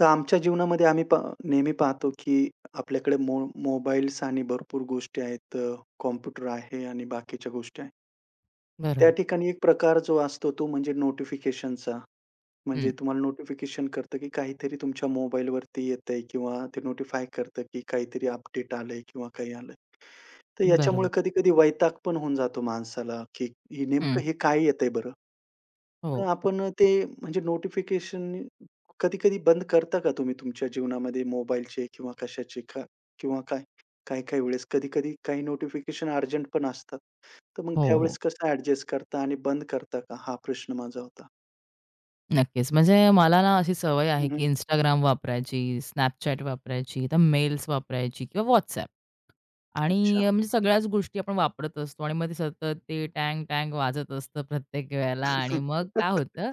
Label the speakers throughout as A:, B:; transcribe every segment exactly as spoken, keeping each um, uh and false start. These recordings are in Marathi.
A: तर आमच्या जीवनामध्ये आम्ही पा नेहमी पाहतो, की आपल्याकडे मो मोबाईल्स आणि भरपूर गोष्टी आहेत. अ, कॉम्प्युटर आहे आणि बाकीच्या गोष्टी आहेत. त्या
B: बरोबर.
A: ठिकाणी एक प्रकार जो असतो तो म्हणजे नोटिफिकेशनचा.
B: हं.
A: म्हणजे तुम्हाला नोटिफिकेशन करतं, की काहीतरी तुमच्या मोबाईलवरती येतंय किंवा ते नोटिफाय करतं, की काहीतरी अपडेट आलंय किंवा काही आलंय. तर याच्यामुळे
B: बरोबर.
A: कधी-कधी वैताग पण होऊन जातो माणसाला, की हे
B: हं.
A: नेमकं हे काय येतंय बरं? तर
B: हो.
A: आपण ते म्हणजे नोटिफिकेशन कधी-कधी बंद करता का तुम्ही तुमच्या जीवनामध्ये मोबाईलचे किंवा कशाचे का किंवा काय? काही-काही वेळेस कधी-कधी काही नोटिफिकेशन अर्जंट पण असतात. तर मग
B: हो, हो.
A: त्यावेळेस कसं ॲडजस्ट करता आणि बंद करता का? हा प्रश्न माझा होता.
B: नक्कीच. म्हणजे मला ना अशी सवय आहे, की
A: हं,
B: Instagram वापरायची, Snapchat वापरायची, तर मेल्स वापरायची किंवा WhatsApp.
A: अच्छा.
B: आणि अ, म्हणजे सगळ्याच गोष्टी आपण वापरत असतो आणि मग ते सतत ते टँग, टँग वाजत असतं प्रत्येक वेळेला आणि मग काय होतं,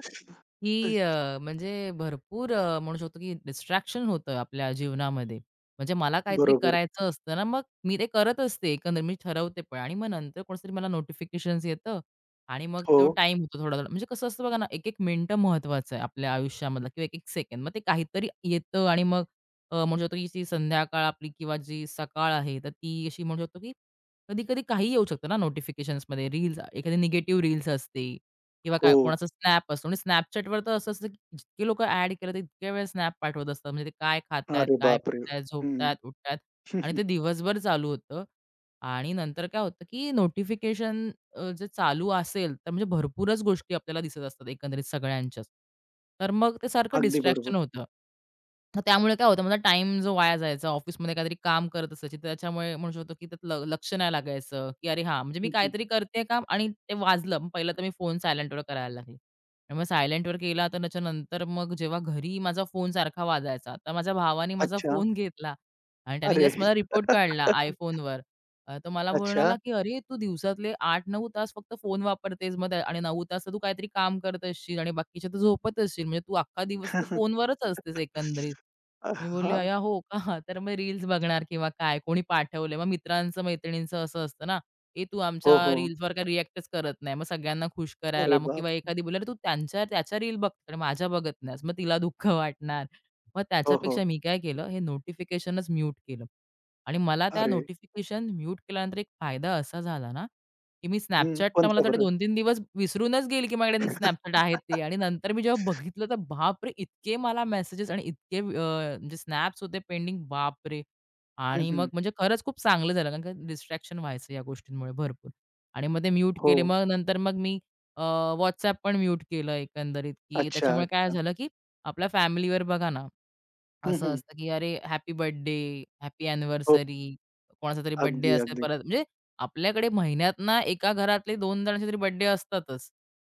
B: की अ, म्हणजे भरपूर अ, म्हणू शकतो, की डिस्ट्रॅक्शन होतं आपल्या जीवनामध्ये. म्हणजे मला काहीतरी
A: बरोबर.
B: करायचं असतं ना, मग मी ते करत असते एकंदरीत मी ठरवते पण आणि मग नंतर कोणतरी मला नोटिफिकेशन्स येतं आणि मग
A: हो,
B: तो टाईम होतो थोडा-थोडा. म्हणजे कसं असतं बघा ना, एक-एक मिनिटं महत्त्वाचं आहे आपल्या आयुष्यामधला किंवा एक-एक सेकंद. मग ते काहीतरी येतं आणि मग अ, म्हणू शकतो की जी संध्याकाळ आपली किंवा जी सकाळ आहे, तर ती अशी म्हणू शकतो की कधी-कधी काहीही येऊ शकतं ना नोटिफिकेशन्समध्ये. रील्स एखादी निगेटिव्ह रील्स असते किंवा काय
A: हो.
B: कोणाचा स्नॅप असतो आणि Snapchatवर तर असं असतं की जितके लोकं ॲड केलं तर इतक्या वेळा स्नॅप पाठवत असतात. म्हणजे ते काय खातायत,
A: अरे
B: काय
A: बापरे!
B: पितायत,
A: हं.
B: झोपतायत, उठतायत आणि ते दिवसभर चालू होतं. आणि नंतर काय होतं की नोटिफिकेशन जे चालू असेल, तर म्हणजे भरपूरच गोष्टी आपल्याला दिसत असतात एकंदरीत सगळ्यांच्याच. तर मग ते सारखं
A: अगदी बरोबर.
B: डिस्ट्रॅक्शन होतं. मग त्यामुळे काय होतं माझा टाईम जो वाया जायचा ऑफिसमध्ये काहीतरी काम करत असायची, त्याच्यामुळे म्हणू शकतो की त्यात ल लक्ष नाही लागायचं, की "अरे हां, म्हणजे मी
A: हं,
B: काहीतरी करते काम आणि ते वाजलं." मग पहिलं तर मी फोन सायलेंटवर करायला लागले. आणि मग सायलेंटवर केला तर त्याच्यानंतर मग जेव्हा घरी माझा फोन सारखा वाजायचा, तर माझ्या भावाने माझा
A: अच्छा.
B: फोन घेतला आणि त्याने
A: अरे!
B: जस्ट मला रिपोर्ट काढला iPhoneवर. अ, तर मला म्हणाला,
A: अच्छा.
B: की "अरे, तू दिवसातले आठ नऊ तास फक्त फोन वापरतेस, मग त्या- आणि नऊ तास तर तू काहीतरी काम करत असशील आणि बाकीच्या तू झोपत असशील, म्हणजे तू अख्खा दिवस तू
A: हां,
B: फोनवरच असतेस एकंदरीत."
A: अ,
B: मी बोलली, "अय्या, हो का?" तर मग रील्स बघणार किंवा काय, कोणी पाठवलंय. मग मित्रांचं, मैत्रिणींचं असं असतं ना, "ए, तू
A: हो,
B: आमच्या
A: हो.
B: रील्सवर काही रिएक्टच करत नाही." मग सगळ्यांना खुश करायला
A: अरे
B: मग
A: बाप!
B: किंवा एखादी बोलली, "अरे, तू त्यांच्या त्याच्या रील बघते आणि माझ्या बघत नाहीस." मग तिला दुःख वाटणार. मग
A: हो, हो.
B: त्याच्यापेक्षा मी काय केलं, हे नोटिफिकेशनच म्यूट केलं. आणि मला त्या
A: अरे!
B: नोटिफिकेशन म्यूट केल्यानंतर एक फायदा असा झाला ना, की मी
A: हं,
B: Snapchatला मला
A: कोणता
B: वाटतं
A: बरं?
B: दोन-तीन दिवस विसरूनच गेली, की माझ्याकडे Snapchat आहे ते आणि नंतर मी जेव्हा बघितलं, तर बापरे! इतके मला मेसेजेस आणि इतके अ, म्हणजे स्नॅप्स होते पेंडिंग, बापरे!
A: हं,
B: आणि मग
A: हं.
B: म्हणजे खरंच खूप चांगलं झालं, कारण का डिस्ट्रॅक्शन व्हायचं या गोष्टींमुळे भरपूर. आणि मग ते म्यूट
A: हो.
B: केले. मग नंतर मग मी अ, पण म्यूट केलं एकंदरीत, की
A: अच्छा,
B: त्याच्यामुळे काय
A: अच्छा.
B: झालं, की आपल्या फॅमिलीवर बघा ना
A: हं,
B: असं
A: हं.
B: असतं, की अरे हॅपी बर्थडे, हॅपी
A: हो.
B: अॅनिव्हर्सरी, कोणाचा तरी बर्थडे
A: अगदी,
B: असेल
A: अगदी.
B: परत म्हणजे आपल्याकडे महिन्यात ना एका घरातले दोन जणांचे तरी बर्थडे असतातच.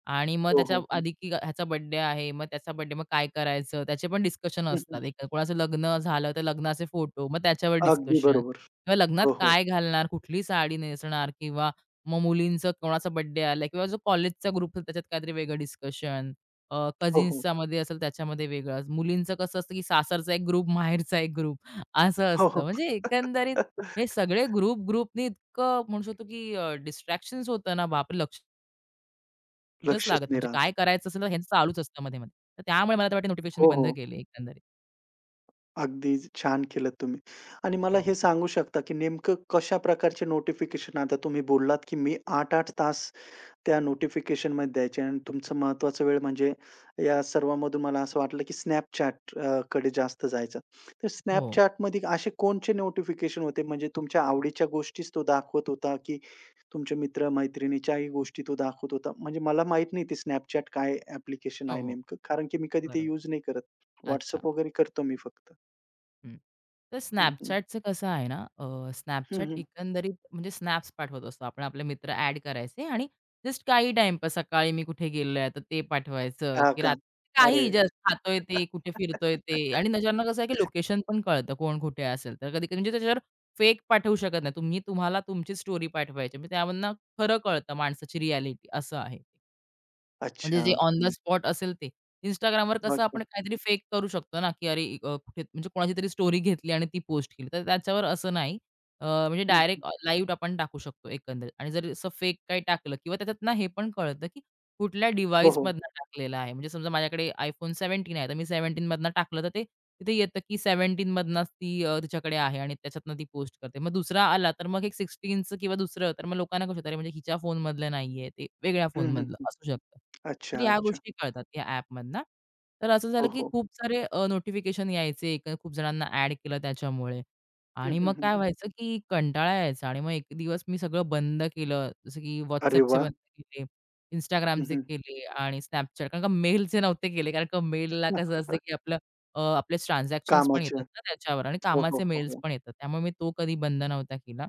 B: आणि मग
A: हो,
B: त्याच्या
A: हो, हो.
B: आधी की ह्याचा बर्थडे आहे, मग त्याचा बर्थडे मग काय करायचं? त्याचे पण डिस्कशन
A: हं, हं.
B: असतात. एक कोणाचं लग्न झालं तर लग्नाचे फोटो, मग त्याच्यावर
A: अगदी
B: डिस्कशन
A: बरोबर.
B: किंवा लग्नात
A: हो, हो.
B: काय घालणार, कुठली साडी नेसणार किंवा मग मुलींचं कोणाचा बर्थडे आला किंवा जो कॉलेजचा ग्रुप त्याच्यात काहीतरी वेगळं डिस्कशन. अ,
A: हो, हो.
B: कझिन्सच्या मध्ये असेल त्याच्यामध्ये वेगळाच. मुलींचं कसं असतं, की सासरचा एक ग्रुप, माहेरचा एक ग्रुप असं
A: हो,
B: असतं.
A: हो.
B: म्हणजे एकंदरीत हे सगळे ग्रुप ग्रुपनी इतकं म्हणू शकतो, की अ, डिस्ट्रॅक्शन्स होतं ना, बापरे! लक्षच
A: लक्षच
B: लागत नाही.
A: नाही
B: म्हणजे
A: राहत.
B: काय करायचं असेल ना, ह्यांचं चालूच असतं मध्ये-मध्ये. तर त्यामुळे मला तर वाटतं नोटिफिकेशन मी
A: हो,
B: बंद
A: हो.
B: केले एकंदरीत.
A: अगदी छान केलं तुम्ही आणि मला हे
B: हो.
A: सांगू शकता, की नेमकं कशा प्रकारचे नोटिफिकेशन आता तुम्ही बोललात, की मी आठ आठ तास त्या नोटिफिकेशनमध्ये द्यायचे आणि तुमचं महत्त्वाचा वेळ म्हणजे या सर्वामधून मला असं वाटलं, की Snapchat अ, कडे जास्त जायचं. तर
B: हो.
A: Snapchatमध्ये असे कोणचे नोटिफिकेशन होते म्हणजे तुमच्या आवडीच्या गोष्टीच तो दाखवत होता, की तुमच्या मित्र-मैत्रिणीच्याही गोष्टी तो दाखवत होता? म्हणजे मला माहीत नाही ते Snapchat काय ॲप्लिकेशन
B: हो,
A: आहे
B: हो.
A: नेमकं? कारण की मी कधी ते
B: बरोबर.
A: यूज नाही करत.
B: अच्छा.
A: WhatsApp वगैरे करतो मी फक्त.
B: हं. तर
A: हं, हं.
B: Snapchatचं कसं आहे ना, अ,
A: हं,
B: Snapchat
A: हं.
B: एकंदरीत म्हणजे स्नॅप्स पाठवत असतो. आपण आपले मित्र ॲड करायचे आणि जस्ट काही टाईम पास सकाळी मी कुठे गेलोय, तर ते पाठवायचं,
A: हां
B: की
A: का?
B: रात्री
A: अरे!
B: काही जस्ट खातोय ते, कुठे फिरतोय ते आणि त्याच्यावरनं कसं आहे, की लोकेशन पण कळतं कोण कुठे असेल. तर कधी-कधी म्हणजे त्याच्यावर फेक पाठवू शकत नाही. तुम्ही तुम्हाला तुमची स्टोरी पाठवायची. म्हणजे त्यामधनं खरं कळतं माणसाची रिॲलिटी असं आहे. म्हणजे
A: अच्छा.
B: जे ऑन द स्पॉट असेल ते. Instagramवर कसं
A: अच्छा.
B: आपण काहीतरी फेक करू शकतो ना, की अरे अ, कुठे म्हणजे कोणाची तरी स्टोरी घेतली आणि ती पोस्ट केली. तर त्याच्यावर असं नाही. अ, म्हणजे
A: हं, हं.
B: डायरेक्ट अ, लाईव्ह आपण टाकू शकतो एकंदरीत आणि जर असं फेक काही टाकलं किंवा त्याच्यात ना हे पण कळतं, की कुठल्या
A: हो, हो.
B: डिव्हाइसमधनं टाकलेलं आहे. म्हणजे समजा माझ्याकडे iPhone सतरा आहे, तर मी सतरा मधनं टाकलं, तर ते तिथे येतं, की सतरा मधनंच ती अ, तिच्याकडे आहे आणि त्याच्यातनं ती पोस्ट करते. मग दुसरा आला, तर मग एक 16चं किंवा दुसरं, तर मग लोकांना कसं होतं, अरे म्हणजे हिच्या फोनमधलं नाहीये, ते वेगळ्या
A: हं,
B: फोनमधलं
A: हं.
B: असू शकतं. तर
A: अच्छा,
B: ह्या
A: अच्छा.
B: गोष्टी कळतात या ॲपमधनं. तर असं झालं,
A: हो,
B: की
A: हो.
B: खूप सारे नोटिफिकेशन यायचे, एक खूप जणांना ॲड केलं त्याच्यामुळे.
A: हं,
B: आणि मग
A: हं, हं.
B: काय व्हायचं, की कंटाळा यायचा आणि मग एक दिवस मी सगळं बंद केलं. जसं की
A: अरे
B: WhatsAppचे
A: वाह!
B: बंद केले,
A: हं,
B: Instagramचे
A: हं.
B: केले आणि Snapchat. कारण का मेलचे नव्हते केले, कारण का मेलला कसं असतं, की आपलं अ, आपले ट्रान्झॅक्शन्स पण
A: कामाचे.
B: येतात ना त्याच्यावर आणि
A: हो, हो,
B: कामाचे
A: हो,
B: मेल्स
A: हो.
B: पण येतात. त्यामुळे मी तो कधी बंद नव्हता केला.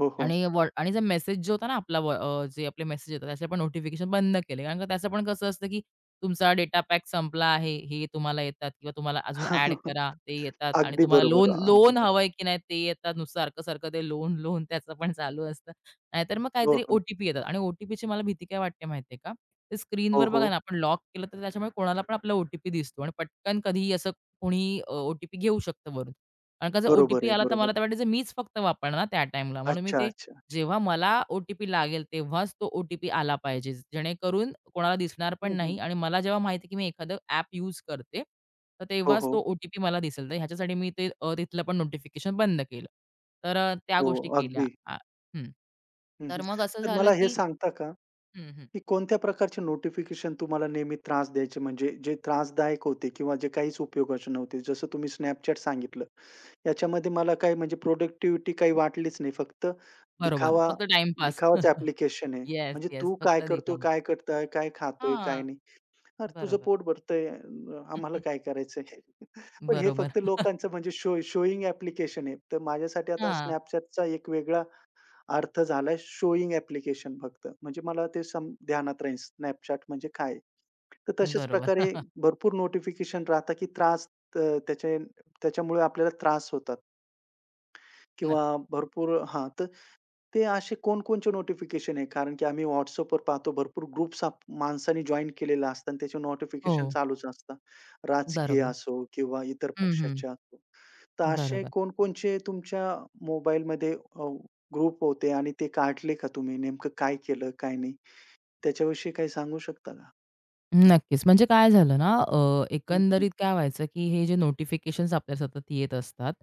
A: हो, हो.
B: आणि व्हॉ आणि जो मेसेज जो होता ना आपला व अ, जे आपले मेसेज येतात त्याचे पण नोटिफिकेशन बंद केले. कारण का त्याचं पण कसं असतं, की तुमचा डेटा पॅक संपला आहे, हे तुम्हाला येतात किंवा तुम्हाला अजून ॲड करा, ते येतात आणि
A: अगदी
B: तुम्हाला
A: बरोबर.
B: लोन
A: अगदी
B: लोन
A: बरोबर.
B: हवंय की नाही ते येतात. नुसतं सारखं-सारखं ते लोन, लोन त्याचं पण चालू असतं. नाहीतर मग
A: हो,
B: काहीतरी ओ
A: हो.
B: येतात आणि ओ मला भीती काय वाटते माहिती का? ते
A: हो,
B: स्क्रीनवर बघा
A: हो.
B: ना आपण लॉक केलं तर त्याच्यामुळे कोणाला पण आपला ओ दिसतो आणि पटकन कधीही असं कोणीही अ, घेऊ शकतं वरून. कारण का जर
A: बरोबर
B: ओ-टी-पी
A: आहे,
B: आला तर
A: बरोबर
B: मला तर
A: आहे.
B: वाटायचं मीच फक्त वापरणार त्या टाईमला. म्हणून मी
A: अच्छा,
B: ते
A: अच्छा.
B: जेव्हा मला ओ-टी-पी लागेल तेव्हाच तो ओ-टी-पी आला पाहिजे. जेणेकरून कोणाला दिसणार पण
A: हं, हं.
B: नाही आणि मला जेव्हा माहिती की मी एखादं ॲप यूज करते, तर
A: हो,
B: तेव्हाच तो
A: हो.
B: ओ मला दिसेल. तर ह्याच्यासाठी मी ते अ, तिथलं पण नोटिफिकेशन बंद केलं. तर अ, त्या
A: हो,
B: गोष्टी केल्या.
A: अगदी.
B: आ हं.
A: हं, हं.
B: तर मग असं
A: तर
B: झालं,
A: मला हे
B: की
A: सांगता का
B: हं, हं.
A: की कोणत्या प्रकारचे नोटिफिकेशन तुम्हाला नेहमी त्रास द्यायचे? म्हणजे जे त्रासदायक होते किंवा जे काहीच उपयोगाचे नव्हते. जसं तुम्ही Snapchat सांगितलं. याच्यामध्ये मला काही म्हणजे प्रोडक्टिव्हिटी काही वाटलीच नाही. फक्त
B: बरोबर.
A: दिखावा
B: फक्त टाईमपास.
A: दिखावाचं ॲप्लिकेशन आहे.
B: येस,
A: म्हणजे
B: येस.
A: तू काय
B: फक्त
A: करतो,
B: दिखावा.
A: काय करताय, काय खातोय, काय
B: हां.
A: नाही. "अरे, तुझं
B: बरोबर.
A: पोट भरतंय, अ, आम्हाला काय करायचंय?" पण हे
B: बरोबर.
A: फक्त लोकांचं म्हणजे शो शोइंग ॲप्लिकेशन आहे. तर माझ्यासाठी आता
B: हां.
A: Snapchatचा एक वेगळा अर्थ झालाय शोईंग ॲप्लिकेशन फक्त. म्हणजे मला ते सम ध्यानात राहील Snapchat म्हणजे काय? तर तशाच
B: बरोबर.
A: प्रकारे भरपूर नोटिफिकेशन राहतात की त्रास अ, त्याचे त्याच्यामुळे आपल्याला त्रास होतात किंवा
B: नक्की.
A: भरपूर हां, तर ते असे कोणकोणचे नोटिफिकेशन आहे? कारण की आम्ही WhatsAppवर पाहतो भरपूर ग्रुप्स आप माणसाने जॉइन असतात आणि त्याचे
B: हो.
A: नोटिफिकेशन चालूच असतात. राजकीय
B: बरोबर.
A: असो किंवा इतर
B: हं, हं.
A: पक्षाचे असो. तर असे
B: बरोबर.
A: कोणकोणचे तुमच्या मोबाईलमध्ये अ, ग्रुप होते आणि ते काढले का तुम्ही? नेमकं काय केलं, काय नाही? त्याच्याविषयी काही सांगू शकता का?
B: नक्कीच. म्हणजे काय झालं ना, अ,
A: हं, हं.
B: एकंदरीत काय व्हायचं, की हे जे नोटिफिकेशन्स आपल्याला सतत येत असतात,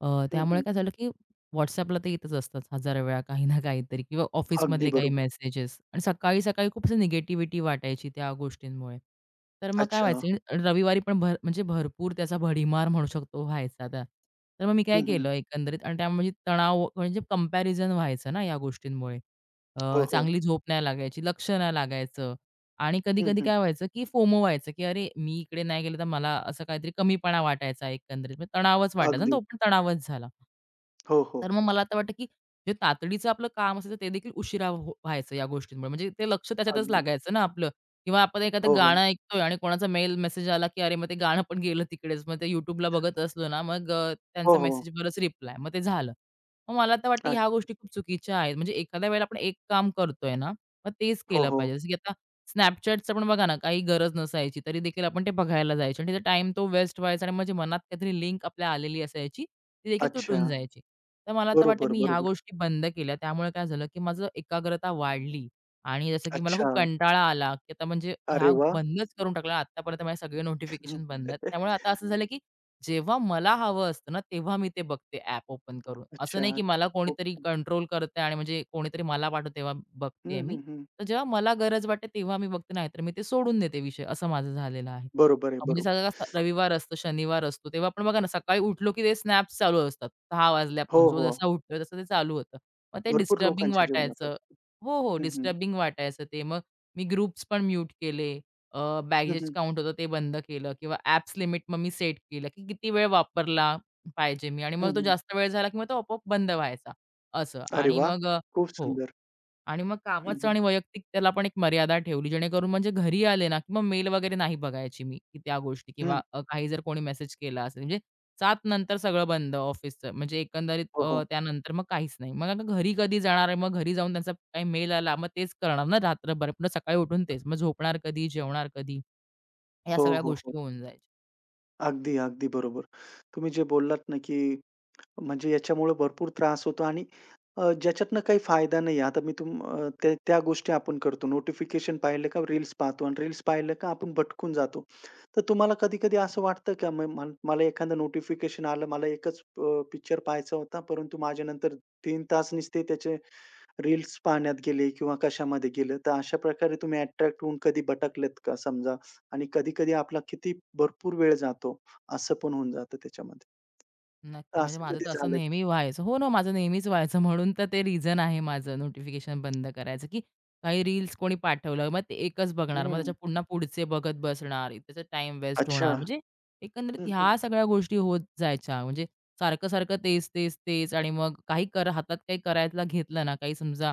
B: अ,
A: हं,
B: त्यामुळे
A: हं.
B: काय झालं, की WhatsAppला तर येतच असतात हजारो वेळा काही ना काहीतरी किंवा
A: अगदी
B: ऑफिसमधले काही
A: बरोबर.
B: मेसेजेस आणि सकाळी-सकाळी खूप असं निगेटिव्हिटी वाटायची त्या गोष्टींमुळे. तर मग काय
A: अच्छा.
B: व्हायचं आणि रविवारी पण भर म्हणजे भरपूर त्याचा भडीमार म्हणू शकतो व्हायचा त्या. तर मग मी काय
A: हं, हं.
B: केलं एकंदरीत आणि त्यामुळे म्हणजे तणाव म्हणजे कंपॅरिझन व्हायचं ना या गोष्टींमुळे.
A: हो,
B: अ,
A: हो.
B: चांगली झोप नाही लागायची, लक्ष नाही लागायचं आणि
A: हं,
B: कधी-कधी
A: हं.
B: काय व्हायचं, की फोमो व्हायचं, की "अरे, मी इकडे नाही गेले तर मला असं काहीतरी कमीपणा वाटायचा एकंदरीत." म्हणजे तणावच वाटायचा आणि
A: अगदी.
B: तो पण तणावच झाला.
A: हो, हो.
B: तर मग मला आता वाटतं, की जे तातडीचं आपलं काम असायचं ते देखील उशिरा हो व्हायचं या गोष्टींमुळे. म्हणजे ते लक्ष त्याच्यातच
A: अगदी.
B: लागायचं ना आपलं किंवा आपण एखादं
A: हो, हो.
B: गाणं ऐकतोय आणि कोणाचा मेल मेसेज आला, की अरे, मग ते गाणं पण गेलं तिकडेच. मग ते YouTubeला बघत असलो ना, मग अ,
A: हो,
B: त्यांचा
A: हो.
B: मेसेजवरच रिप्लाय. मग ते झालं. मग मला तर वाटतं
A: अ,
B: ह्या गोष्टी खूप चुकीच्या आहेत. म्हणजे एखाद्या वेळेला आपण एक काम करतोय ना, मग तेच
A: हो,
B: केलं
A: हो.
B: पाहिजे. जसं की आता Snapchatचं पण बघा ना, काही गरज नसायची, तरी देखील आपण ते बघायला जायचो आणि त्याचा टाईम तो वेस्ट व्हायचा आणि म्हणजे मनात काहीतरी लिंक आपल्या आलेली असायची, ती देखील
A: अच्छा.
B: तुटून जायची. तर मला तर वाटतं
A: बरोबर,
B: मी ह्या
A: बरोबर.
B: गोष्टी बंद केल्या. त्यामुळे काय झालं, की माझं एकाग्रता वाढली आणि जसं की मला
A: अच्छा.
B: खूप कंटाळा आला, की आता म्हणजे
A: अरे
B: ह्या
A: वाह!
B: बंदच करून टाकला. आत्तापर्यंत माझे सगळे
A: हं.
B: नोटिफिकेशन बंद आहेत. त्यामुळे आता असं झालं, की जेव्हा मला हवं असतं ना, तेव्हा मी ते बघते ॲप ओपन करून. असं
A: अच्छा.
B: नाही, की मला
A: खूप
B: कोणीतरी
A: छान.
B: कंट्रोल करतंय आणि म्हणजे कोणीतरी मला पाठवतं तेव्हा बघतेय
A: हं,
B: मी.
A: हं, हं.
B: तर जेव्हा मला गरज वाटते तेव्हा मी बघते, नाहीतर मी ते सोडून देते विषय, असं माझं झालेलं आहे.
A: बरोबर आहे,
B: अ, म्हणजे
A: बरोबर.
B: सगळा असा रविवार असतो, शनिवार असतो, तेव्हा पण बघा ना सकाळी उठलो की ते स्नॅप्स चालू असतात सहा
A: हो,
B: वाजल्यापासून. जो
A: हो.
B: जसा उठतोय तसं ते चालू होतं. मग ते
A: भरपूर
B: डिस्टर्बिंग
A: लोकांच्या जीवनात.
B: वाटायचं हो, हो,
A: हं, हं.
B: डिस्टर्बिंग वाटायचं ते. मग मी ग्रुप्स पण म्यूट केले,
A: हं,
B: बॅगेज
A: हं.
B: काउंट होतं ते बंद केलं किंवा ॲप्स लिमिट मग मी सेट केलं, की किती वेळ वापरला पाहिजे मी आणि
A: हं,
B: मग तो
A: हं.
B: जास्त वेळ झाला, की मग तो आपोआप बंद व्हायचा, असं.
A: अरे
B: आणि
A: वाह!
B: मग अ,
A: खूप
B: हो.
A: सुंदर.
B: आणि मग
A: हं,
B: कामाचं
A: हं.
B: आणि वैयक्तिक त्याला पण एक मर्यादा ठेवली, जेणेकरून म्हणजे घरी आले ना, की मग मेल वगैरे नाही बघायची मी, की त्या गोष्टी
A: हं.
B: किंवा अ, काही जर कोणी मेसेज केला असेल, म्हणजे सात नंतर सगळं बंद ऑफिसचं. म्हणजे एकंदरीत
A: हो,
B: अ,
A: हो.
B: त्यानंतर मग काहीच नाही. मग आता घरी कधी जाणार आहे? मग घरी जाऊन त्यांचा काही मेल आला, मग तेच करणार ना रात्रभर. पुन्हा सकाळी उठून तेच. मग झोपणार कधी? जेवणार कधी? या
A: हो,
B: सगळ्या
A: हो, हो.
B: गोष्टी होऊन जायच्या.
A: अगदी, अगदी बरोबर. तुम्ही जे बोललात ना, की म्हणजे याच्यामुळे भरपूर त्रास होतो आणि अ, ज्याच्यातनं काही फायदा नाही आहे. आता मी तुम अ, त्या त्या गोष्टी आपण करतो. नोटिफिकेशन पाहिलं का रील्स पाहतो आणि रील्स पाहिलं का आपण भटकून जातो. तर तुम्हाला कधी-कधी असं वाटतं का म म मला एखादं नोटिफिकेशन आलं, मला एकच अ, पिक्चर पाहायचा होता, परंतु माझ्यानंतर तीन तास नुसते त्याचे रील्स पाहण्यात गेले किंवा कशामध्ये गेले. तर अशा प्रकारे तुम्ही अट्रॅक्ट होऊन कधी भटकलेत का समजा? आणि कधी-कधी आपला किती भरपूर वेळ जातो, असं पण होऊन जातं त्याच्यामध्ये.
B: नक्की.
A: तर
B: म्हणजे
A: असं
B: माझं
A: कधी
B: तर असं
A: झालं
B: नेहमी व्हायचं. हो ना, माझं नेहमीच व्हायचं म्हणून तर ते रिझन आहे माझं नोटिफिकेशन बंद करायचं, की काही रील्स कोणी पाठवलं, मग ते एकच बघणार. मग
A: हं.
B: त्याच्या पुन्हा पुढचे बघत बसणार. त्याचा टाईम वेस्ट
A: अच्छा.
B: होणार. म्हणजे एकंदरीत
A: हं, हं.
B: ह्या सगळ्या गोष्टी होत जायच्या. म्हणजे सारखं-सारखं तेच, तेच, तेच आणि मग काही कर हातात काही करायला घेतलं ना, काही समजा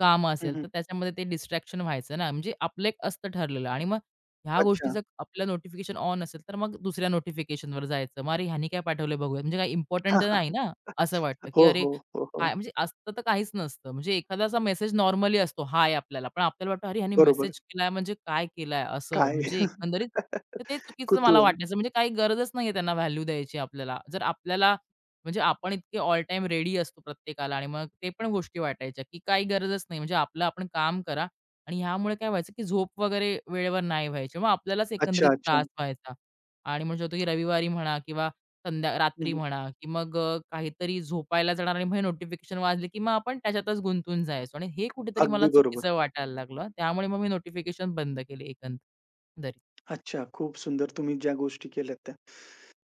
B: काम
A: हं,
B: असेल,
A: हं.
B: तर त्याच्यामध्ये ते डिस्ट्रॅक्शन व्हायचं ना. म्हणजे आपलं एक असतं ठरलेलं आणि मग ह्या
A: अच्छा.
B: गोष्टीचं आपलं नोटिफिकेशन ऑन असेल, तर मग दुसऱ्या नोटिफिकेशनवर जायचं. मग अरे ह्यानी काय पाठवलंय बघूया. म्हणजे काय इम्पोर्टंट
A: हां,
B: तर नाही
A: हां.
B: ना? असं वाटतं, की
A: हो,
B: अरे
A: हो, हो, हो.
B: काय म्हणजे असतं तर काहीच नसतं. म्हणजे एखादा असा मेसेज नॉर्मली असतो हाय आपल्याला. पण आपल्याला वाटतं अरे ह्यानी
A: बरोबर.
B: मेसेज केलाय म्हणजे काय केलाय असं.
A: काय?
B: म्हणजे एकंदरीत तर ते चुकीचं मला
A: कुतूहल.
B: वाटायचं. म्हणजे काही गरजच नाहीये त्यांना व्हॅल्यू द्यायची आपल्याला. जर आपल्याला म्हणजे आपण इतके ऑल टाईम रेडी असतो प्रत्येकाला आणि मग ते पण गोष्टी वाटायच्या, की काही गरजच नाही. म्हणजे आपलं आपण काम करा आणि ह्यामुळे काय व्हायचं, की झोप वगैरे वेळेवर नाही व्हायची. मग आपल्यालाच
A: अच्छा,
B: एकंदरीत त्रास
A: अच्छा.
B: व्हायचा आणि म्हणू शकतो, की रविवारी म्हणा किंवा संध्या
A: हं,
B: रात्री
A: हं.
B: म्हणा, की मग अ, काहीतरी झोपायला जाणार आणि मग हे नोटिफिकेशन वाजले, की मग आपण त्याच्यातच गुंतून जायचो आणि हे कुठेतरी मला
A: अगदी बरोबर.
B: चुकीचं वाटायला लागलं. त्यामुळे मग मी नोटिफिकेशन बंद केले एकंदरीत.
A: अच्छा, खूप सुंदर तुम्ही ज्या गोष्टी केल्यात त्या.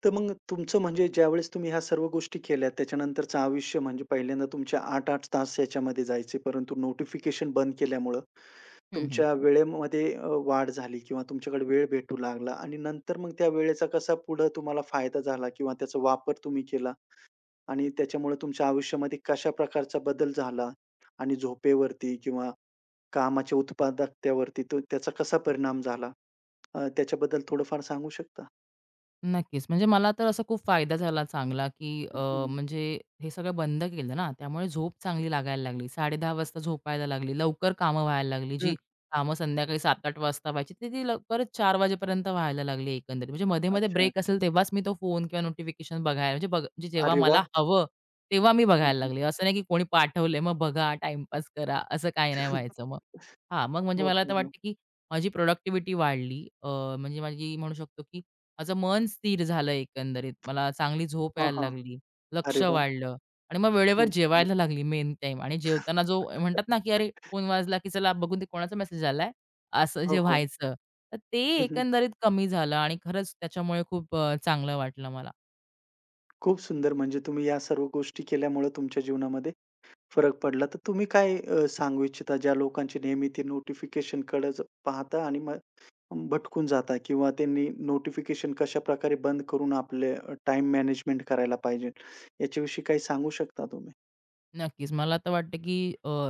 A: तर मग तुमचं म्हणजे ज्यावेळेस तुम्ही ह्या सर्व गोष्टी केल्यात, त्याच्यानंतरचं आयुष्य म्हणजे पहिल्यांदा तुमचे आठ आठ तास याच्यामध्ये जायचे, परंतु नोटिफिकेशन बंद केल्यामुळं
B: हं, हं.
A: तुमच्या वेळेमध्ये अ, वाढ झाली किंवा तुमच्याकडे वेळ भेटू लागला आणि नंतर मग त्या वेळेचा कसा पुढं तुम्हाला फायदा झाला किंवा त्याचा वापर तुम्ही केला? आणि त्याच्यामुळे तुमच्या आयुष्यामध्ये कशा प्रकारचा बदल झाला आणि झोपेवरती किंवा कामाच्या उत्पादकतेवरती तो त्याचा कसा परिणाम झाला? अ, त्याच्याबद्दल थोडंफार सांगू शकता?
B: नक्कीच. म्हणजे मला तर असा खूप फायदा झाला चांगला, की
A: हं,
B: अ,
A: हं,
B: म्हणजे हे सगळं बंद केलं ना, त्यामुळे झोप चांगली लागायला लागली. साडे दहा वाजता झोपायला लागली. लवकर कामं व्हायला लागली. जी
A: हं.
B: कामं संध्याकाळी सात-आठ वाजता व्हायची, ती ती लवकरच चार वाजेपर्यंत व्हायला लागली एकंदरीत. म्हणजे मध्ये-मध्ये
A: अच्छा.
B: ब्रेक असेल तेव्हाच मी तो फोन किंवा नोटिफिकेशन बघायला म्हणजे बघ म्हणजे जेव्हा
A: अरे वाह!
B: मला हवं, तेव्हा मी
A: हं,
B: बघायला
A: हं.
B: लागले. असं नाही की कोणी पाठवलंय, मग बघा, टाईमपास करा, असं काही नाही व्हायचं मग. हां, मग म्हणजे
A: हो,
B: मला तर
A: हो, हो.
B: वाटतं, की माझी प्रॉडक्टिव्हिटी वाढली. अ, म्हणजे माझी म्हणू शकतो, की माझं मन स्थिर झालं एकंदरीत. मला चांगली झोप
A: हां,
B: यायला
A: हां.
B: लागली, लक्ष
A: अरे वाह!
B: वाढलं आणि मग वेळेवर
A: खूप सुंदर.
B: जेवायला लागली मेन टाईम आणि जेवताना जो म्हणतात ना, की "अरे, फोन वाजला, की चला बघू दे कोणाचा मेसेज आलाय." असं
A: हो,
B: जे
A: हो.
B: व्हायचं, तर ते
A: हं, हं.
B: एकंदरीत कमी झालं आणि खरंच त्याच्यामुळे खूप अ, चांगलं वाटलं मला.
A: खूप सुंदर. म्हणजे तुम्ही या सर्व गोष्टी केल्यामुळे तुमच्या जीवनामध्ये फरक पडला. तर तुम्ही काय अ, सांगू इच्छिता ज्या लोकांची नेहमी ते नोटिफिकेशनकडेच पाहता आणि मग भटकून जाता किंवा त्यांनी नोटिफिकेशन कशाप्रकारे बंद करून आपले अ, टाईम मॅनेजमेंट करायला पाहिजे. याच्याविषयी काही सांगू शकता तुम्ही?
B: नक्कीच. मला तर वाटतं, की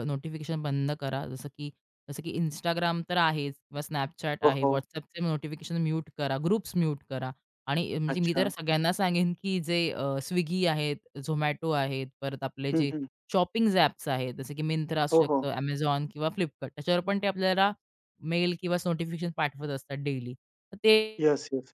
B: नोटिफिकेशन बंद करा. जसं की जसं की Instagram तर आहेच किंवा Snapchat
A: हो,
B: आहे.
A: हो.
B: WhatsAppचे नोटिफिकेशन म्यूट करा, ग्रुप्स म्यूट करा आणि अ, म्हणजे मी
A: अच्छा.
B: तर सगळ्यांना सांगेन, की जे अ, Swiggy आहेत, Zomato आहेत, परत आपले
A: हं,
B: जे
A: हं.
B: शॉपिंग्ज ॲप्स आहेत, जसं की Myntra
A: हो,
B: असू
A: हो.
B: शकतं, Amazon किंवा Flipkart. त्याच्यावर पण ते आपल्याला मेल किंवा नोटिफिकेशन पाठवत असतात डेली. तर ते
A: येस, येस.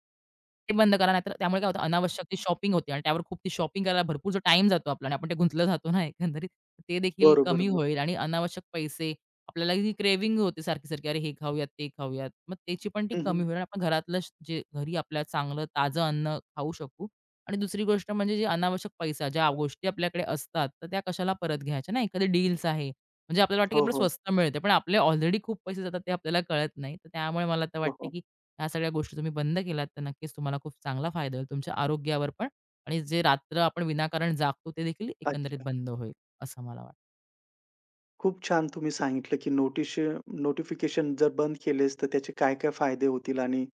B: ते बंद करा. नाहीतर त्यामुळे काय होतं अनावश्यक ती शॉपिंग होते आणि त्यावर खूप ती शॉपिंग करायला भरपूर जो टाईम जातो आपला आणि आपण ते गुंतलं जातो ना एकंदरीत. ते देखील
A: बरोबर,
B: कमी
A: बरोबर.
B: होईल आणि अनावश्यक पैसे आपल्याला ही क्रेविंग होते सारखी-सारखी. अरे हे खाऊयात, ते खाऊयात. मग त्याची पण ती
A: हं,
B: कमी
A: हं.
B: होईल आणि आपण घरातलं श- जे घरी आपल्या चांगलं ताजं अन्न खाऊ शकू. आणि दुसरी गोष्ट म्हणजे जे अनावश्यक पैसा, ज्या गोष्टी आपल्याकडे असतात, तर त्या कशाला परत घ्यायच्या ना. एखादी डील्स आहे. म्हणजे आपल्याला वाटतं की
A: हो,
B: आपल्याला
A: हो.
B: स्वस्त मिळते. पण आपले ऑलरेडी खूप पैसे जातात ते आपल्याला कळत नाही. तर त्यामुळे मला तर
A: हो,
B: वाटते
A: हो.
B: की ह्या सगळ्या गोष्टी तुम्ही बंद केल्यात तर नक्कीच तुम्हाला खूप चांगला फायदा होईल तुमच्या आरोग्यावर पण आणि जे रात्र आपण विनाकारण जागतो ते देखील एकंदरीत
A: अच्छा.
B: बंद होईल असं मला वाटतं.
A: खूप छान तुम्ही सांगितलं, की नोटिश नोटिफिकेशन जर बंद केलेस, तर त्याचे काय-काय फायदे होतील आणि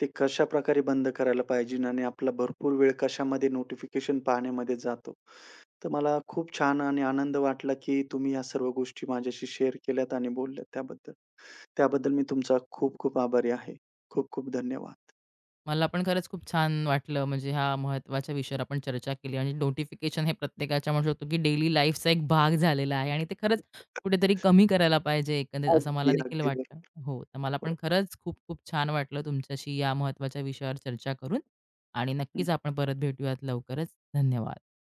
A: ते कशाप्रकारे बंद करायला पाहिजे आणि आपला भरपूर वेळ कशामध्ये नोटिफिकेशन पाहण्यामध्ये जातो. तर मला खूप छान आणि आनंद वाटला, की तुम्ही या सर्व गोष्टी माझ्याशी शेअर केल्यात आणि बोलल्यात त्याबद्दल. त्याबद्दल मी तुमचा खूप खूप आभारी आहे. खूप खूप धन्यवाद.
B: मला पण खरंच खूप छान वाटलं म्हणजे ह्या महत्त्वाच्या विषयावर आपण चर्चा केली आणि नोटिफिकेशन हे प्रत्येकाच्या म्हणू शकतो की डेली लाईफचा एक भाग झालेला आहे आणि ते खरंच कुठेतरी कमी करायला पाहिजे एकंदरीत असं मला
A: अगदी.
B: देखील
A: अगदी बरोबर.
B: वाटतं. हो, तर मला पण खरंच खूप खूप छान वाटलं तुमच्याशी या महत्त्वाच्या विषयावर चर्चा करून आणि नक्कीच
A: हं.
B: आपण परत भेटूयात लवकरच. धन्यवाद.